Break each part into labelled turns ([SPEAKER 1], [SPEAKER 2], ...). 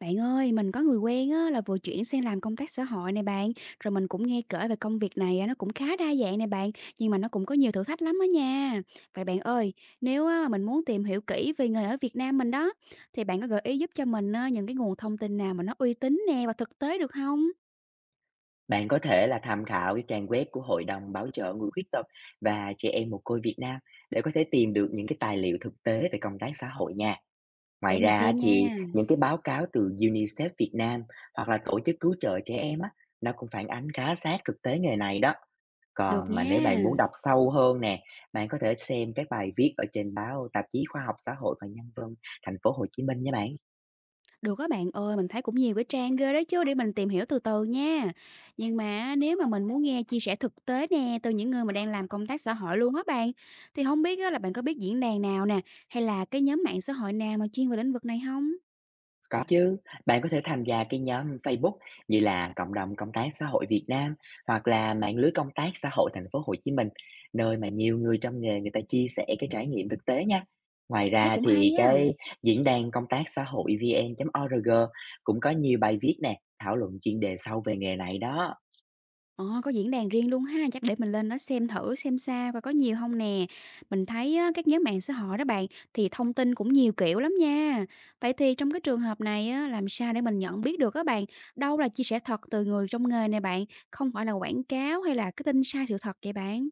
[SPEAKER 1] Bạn ơi, mình có người quen á, là vừa chuyển sang làm công tác xã hội này bạn, rồi mình cũng nghe kể về công việc này á, nó cũng khá đa dạng này bạn, nhưng mà nó cũng có nhiều thử thách lắm á nha. Vậy bạn ơi, nếu á, mà mình muốn tìm hiểu kỹ về nghề ở Việt Nam mình đó, thì bạn có gợi ý giúp cho mình á, những cái nguồn thông tin nào mà nó uy tín nè và thực tế được không?
[SPEAKER 2] Bạn có thể là tham khảo cái trang web của Hội đồng Bảo trợ Người Khuyết tật và Trẻ Em Mồ Côi Việt Nam để có thể tìm được những cái tài liệu thực tế về công tác xã hội nha.
[SPEAKER 1] Để
[SPEAKER 2] Ngoài
[SPEAKER 1] mình
[SPEAKER 2] ra á,
[SPEAKER 1] xem
[SPEAKER 2] thì
[SPEAKER 1] nha.
[SPEAKER 2] những cái báo cáo từ UNICEF Việt Nam hoặc là tổ chức cứu trợ trẻ em á, nó cũng phản ánh khá sát thực tế nghề này đó.
[SPEAKER 1] Được
[SPEAKER 2] Còn mà nếu
[SPEAKER 1] nha.
[SPEAKER 2] bạn muốn đọc sâu hơn nè, bạn có thể xem các bài viết ở trên báo tạp chí Khoa học Xã hội và Nhân văn Thành phố Hồ Chí Minh nha bạn.
[SPEAKER 1] Được các bạn ơi, mình thấy cũng nhiều cái trang ghê đó chứ, để mình tìm hiểu từ từ nha. Nhưng mà nếu mà mình muốn nghe chia sẻ thực tế nè, từ những người mà đang làm công tác xã hội luôn á bạn, thì không biết á là bạn có biết diễn đàn nào nè, hay là cái nhóm mạng xã hội nào mà chuyên về lĩnh vực này không?
[SPEAKER 2] Có chứ, bạn có thể tham gia cái nhóm Facebook như là Cộng đồng Công tác Xã hội Việt Nam hoặc là Mạng lưới Công tác Xã hội Thành phố Hồ Chí Minh, nơi mà nhiều người trong nghề người ta chia sẻ cái trải nghiệm thực tế nha. Ngoài
[SPEAKER 1] Thấy
[SPEAKER 2] ra
[SPEAKER 1] cũng hay
[SPEAKER 2] thì
[SPEAKER 1] á.
[SPEAKER 2] cái diễn đàn công tác xã hội vn.org cũng có nhiều bài viết nè, thảo luận chuyên đề sâu về nghề này đó.
[SPEAKER 1] Ờ, có diễn đàn riêng luôn ha, chắc để mình lên đó xem thử xem sao coi có nhiều không nè. Mình thấy á, các nhóm mạng xã hội đó bạn, thì thông tin cũng nhiều kiểu lắm nha. Vậy thì trong cái trường hợp này á, làm sao để mình nhận biết được các bạn, đâu là chia sẻ thật từ người trong nghề này bạn, không phải là quảng cáo hay là cái tin sai sự thật vậy bạn?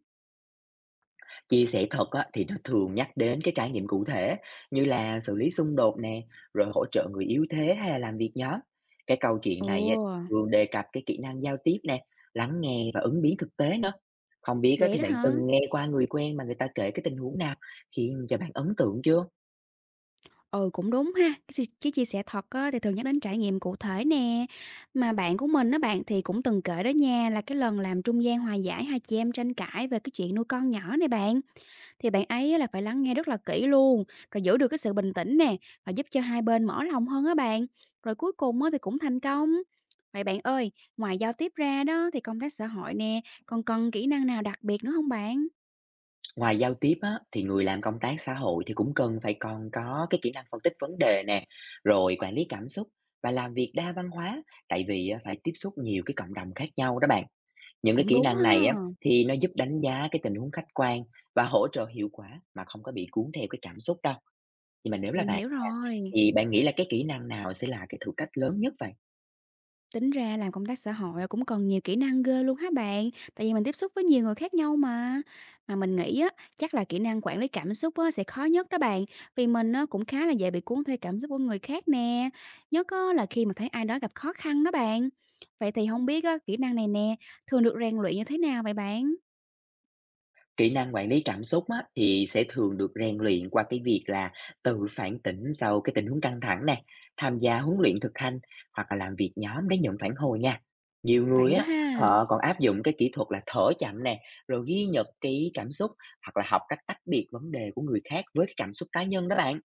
[SPEAKER 2] Chia sẻ thật á, thì nó thường nhắc đến cái trải nghiệm cụ thể như là xử lý xung đột nè, rồi hỗ trợ người yếu thế hay là làm việc nhóm. Cái câu chuyện
[SPEAKER 1] Ồ,
[SPEAKER 2] này á, thường đề cập cái kỹ năng giao tiếp nè, lắng nghe và ứng biến thực tế nữa. Không biết á,
[SPEAKER 1] vậy
[SPEAKER 2] thì
[SPEAKER 1] đó
[SPEAKER 2] bạn
[SPEAKER 1] hả?
[SPEAKER 2] từng nghe qua người quen mà người ta kể cái tình huống nào khiến cho bạn ấn tượng chưa?
[SPEAKER 1] Ừ, cũng đúng ha, cái s chứ chia sẻ thật á thì thường nhắc đến trải nghiệm cụ thể nè. Mà bạn của mình đó bạn thì cũng từng kể đó nha, là cái lần làm trung gian hòa giải hai chị em tranh cãi về cái chuyện nuôi con nhỏ này bạn. Thì bạn ấy á là phải lắng nghe rất là kỹ luôn, rồi giữ được cái sự bình tĩnh nè, và giúp cho hai bên mở lòng hơn á bạn. Rồi cuối cùng á thì cũng thành công. Vậy bạn ơi, ngoài giao tiếp ra đó thì công tác xã hội nè, còn cần kỹ năng nào đặc biệt nữa không bạn?
[SPEAKER 2] Ngoài giao tiếp á, thì người làm công tác xã hội thì cũng cần phải còn có cái kỹ năng phân tích vấn đề nè, rồi quản lý cảm xúc và làm việc đa văn hóa, tại vì á, phải tiếp xúc nhiều cái cộng đồng khác nhau đó bạn. Những cái
[SPEAKER 1] Cũng
[SPEAKER 2] kỹ
[SPEAKER 1] đúng
[SPEAKER 2] năng
[SPEAKER 1] ha,
[SPEAKER 2] này á, thì nó giúp đánh giá cái tình huống khách quan và hỗ trợ hiệu quả mà không có bị cuốn theo cái cảm xúc đâu. Nhưng mà nếu là
[SPEAKER 1] mình
[SPEAKER 2] bạn
[SPEAKER 1] hiểu
[SPEAKER 2] nha,
[SPEAKER 1] rồi.
[SPEAKER 2] thì bạn nghĩ là cái kỹ năng nào sẽ là cái thử thách lớn nhất vậy?
[SPEAKER 1] Tính ra làm công tác xã hội cũng cần nhiều kỹ năng ghê luôn hả bạn? Tại vì mình tiếp xúc với nhiều người khác nhau mà. Mà mình nghĩ á, chắc là kỹ năng quản lý cảm xúc á, sẽ khó nhất đó bạn. Vì mình á, cũng khá là dễ bị cuốn theo cảm xúc của người khác nè. Nhất á, là khi mà thấy ai đó gặp khó khăn đó bạn. Vậy thì không biết á, kỹ năng này nè, thường được rèn luyện như thế nào vậy bạn?
[SPEAKER 2] Kỹ năng quản lý cảm xúc á, thì sẽ thường được rèn luyện qua cái việc là tự phản tỉnh sau cái tình huống căng thẳng này, tham gia huấn luyện thực hành hoặc là làm việc nhóm để nhận phản hồi nha. Nhiều
[SPEAKER 1] Vậy
[SPEAKER 2] người
[SPEAKER 1] đó
[SPEAKER 2] á,
[SPEAKER 1] ha.
[SPEAKER 2] họ còn áp dụng cái kỹ thuật là thở chậm nè, rồi ghi nhật ký cảm xúc hoặc là học cách tách biệt vấn đề của người khác với cái cảm xúc cá nhân đó bạn.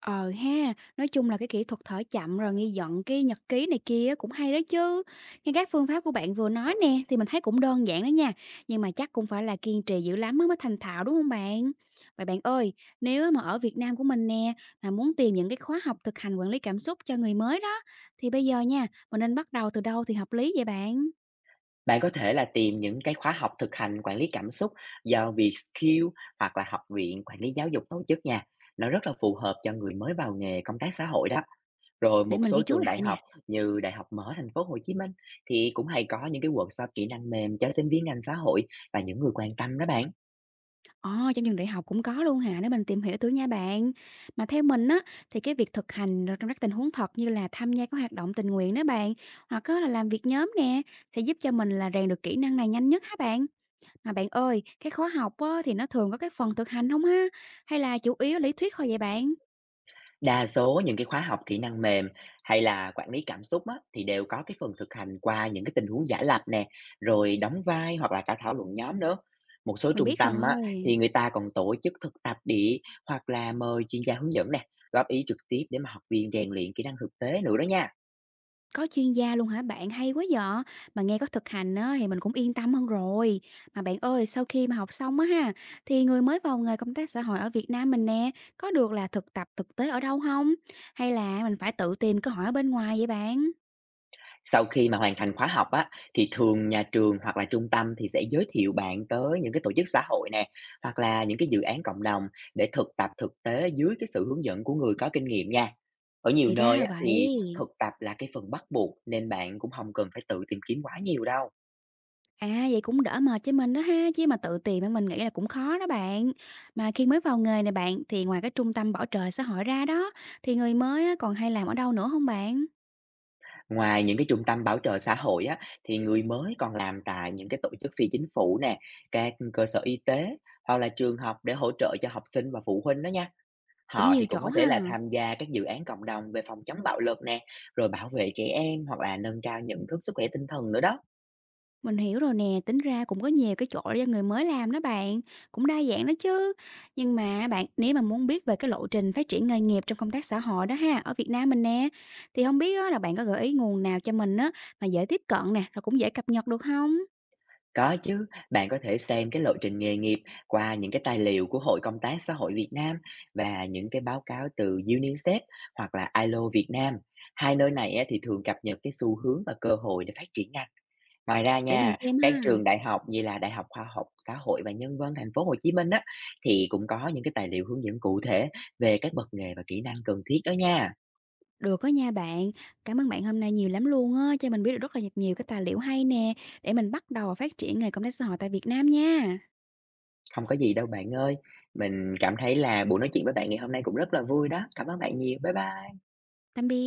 [SPEAKER 1] Ờ ha, nói chung là cái kỹ thuật thở chậm rồi ghi nhận cái nhật ký này kia cũng hay đó chứ. Nghe các phương pháp của bạn vừa nói nè thì mình thấy cũng đơn giản đó nha, nhưng mà chắc cũng phải là kiên trì dữ lắm á mới thành thạo đúng không bạn? Vậy bạn ơi, nếu á mà ở Việt Nam của mình nè mà muốn tìm những cái khóa học thực hành quản lý cảm xúc cho người mới đó thì bây giờ nha, mình nên bắt đầu từ đâu thì hợp lý vậy bạn?
[SPEAKER 2] Bạn có thể là tìm những cái khóa học thực hành quản lý cảm xúc do Vietskill hoặc là Học viện Quản lý Giáo dục tổ chức nha. Nó rất là phù hợp cho người mới vào nghề công tác xã hội đó. Rồi
[SPEAKER 1] Để
[SPEAKER 2] một
[SPEAKER 1] mình ghi
[SPEAKER 2] số
[SPEAKER 1] chú
[SPEAKER 2] trường
[SPEAKER 1] lại
[SPEAKER 2] đại
[SPEAKER 1] nè.
[SPEAKER 2] học như Đại học Mở Thành phố Hồ Chí Minh thì cũng hay có những cái workshop kỹ năng mềm cho sinh viên ngành xã hội và những người quan tâm đó bạn.
[SPEAKER 1] Ồ, trong trường đại học cũng có luôn hả? Để mình tìm hiểu thử nha bạn. Mà theo mình á, thì cái việc thực hành rồi trong các tình huống thật như là tham gia các hoạt động tình nguyện đó bạn, hoặc á là làm việc nhóm nè, sẽ giúp cho mình là rèn được kỹ năng này nhanh nhất hả bạn? Mà bạn ơi, cái khóa học á, thì nó thường có cái phần thực hành không ha? Hay là chủ yếu lý thuyết thôi vậy bạn?
[SPEAKER 2] Đa số những cái khóa học kỹ năng mềm hay là quản lý cảm xúc á, thì đều có cái phần thực hành qua những cái tình huống giả lập nè, rồi đóng vai hoặc là cả thảo luận nhóm nữa. Một số
[SPEAKER 1] Mình
[SPEAKER 2] trung
[SPEAKER 1] biết
[SPEAKER 2] tâm á,
[SPEAKER 1] rồi.
[SPEAKER 2] thì người ta còn tổ chức thực tập địa, hoặc là mời chuyên gia hướng dẫn nè, góp ý trực tiếp để mà học viên rèn luyện kỹ năng thực tế nữa đó nha.
[SPEAKER 1] Có chuyên gia luôn hả bạn? Hay quá vợ. Mà nghe có thực hành á thì mình cũng yên tâm hơn rồi. Mà bạn ơi, sau khi mà học xong á ha, thì người mới vào nghề công tác xã hội ở Việt Nam mình nè, có được là thực tập thực tế ở đâu không? Hay là mình phải tự tìm cơ hội ở bên ngoài vậy bạn?
[SPEAKER 2] Sau khi mà hoàn thành khóa học á, thì thường nhà trường hoặc là trung tâm thì sẽ giới thiệu bạn tới những cái tổ chức xã hội nè, hoặc là những cái dự án cộng đồng để thực tập thực tế dưới cái sự hướng dẫn của người có kinh nghiệm nha. Ở nhiều
[SPEAKER 1] Thì ra
[SPEAKER 2] nơi
[SPEAKER 1] là
[SPEAKER 2] á, thì
[SPEAKER 1] vậy.
[SPEAKER 2] thực tập là cái phần bắt buộc, nên bạn cũng không cần phải tự tìm kiếm quá nhiều đâu.
[SPEAKER 1] À, vậy cũng đỡ mệt cho mình đó ha, chứ mà tự tìm á mình nghĩ là cũng khó đó bạn. Mà khi mới vào nghề này bạn, thì ngoài cái trung tâm bảo trợ xã hội ra đó, thì người mới á còn hay làm ở đâu nữa không bạn?
[SPEAKER 2] Ngoài những cái trung tâm bảo trợ xã hội á, thì người mới còn làm tại những cái tổ chức phi chính phủ nè, các cơ sở y tế hoặc là trường học để hỗ trợ cho học sinh và phụ huynh đó nha.
[SPEAKER 1] Cũng
[SPEAKER 2] Họ thì
[SPEAKER 1] nhiều
[SPEAKER 2] cũng
[SPEAKER 1] chỗ
[SPEAKER 2] có thể
[SPEAKER 1] ha.
[SPEAKER 2] là tham gia các dự án cộng đồng về phòng chống bạo lực nè, rồi bảo vệ trẻ em hoặc là nâng cao nhận thức sức khỏe tinh thần nữa đó.
[SPEAKER 1] Mình hiểu rồi nè, tính ra cũng có nhiều cái chỗ để cho người mới làm đó bạn, cũng đa dạng đó chứ. Nhưng mà bạn, nếu mà muốn biết về cái lộ trình phát triển nghề nghiệp trong công tác xã hội đó ha, ở Việt Nam mình nè, thì không biết á, là bạn có gợi ý nguồn nào cho mình á, mà dễ tiếp cận nè, rồi cũng dễ cập nhật được không?
[SPEAKER 2] Có chứ, bạn có thể xem cái lộ trình nghề nghiệp qua những cái tài liệu của Hội Công tác Xã hội Việt Nam và những cái báo cáo từ UNICEF hoặc là ILO Việt Nam. Hai nơi này á, thì thường cập nhật cái xu hướng và cơ hội để phát triển ngành. Ngoài ra
[SPEAKER 1] Để mình
[SPEAKER 2] nha,
[SPEAKER 1] xem
[SPEAKER 2] các
[SPEAKER 1] ha.
[SPEAKER 2] trường đại học như là Đại học Khoa học Xã hội và Nhân văn Thành phố Hồ Chí Minh á, thì cũng có những cái tài liệu hướng dẫn cụ thể về các bậc nghề và kỹ năng cần thiết đó nha.
[SPEAKER 1] Được đó nha bạn, cảm ơn bạn hôm nay nhiều lắm luôn á, cho mình biết được rất là nhiều cái tài liệu hay nè, để mình bắt đầu phát triển nghề công tác xã hội tại Việt Nam nha.
[SPEAKER 2] Không có gì đâu bạn ơi. Mình cảm thấy là buổi nói chuyện với bạn ngày hôm nay cũng rất là vui đó. Cảm ơn bạn nhiều. Bye bye.
[SPEAKER 1] Tạm biệt.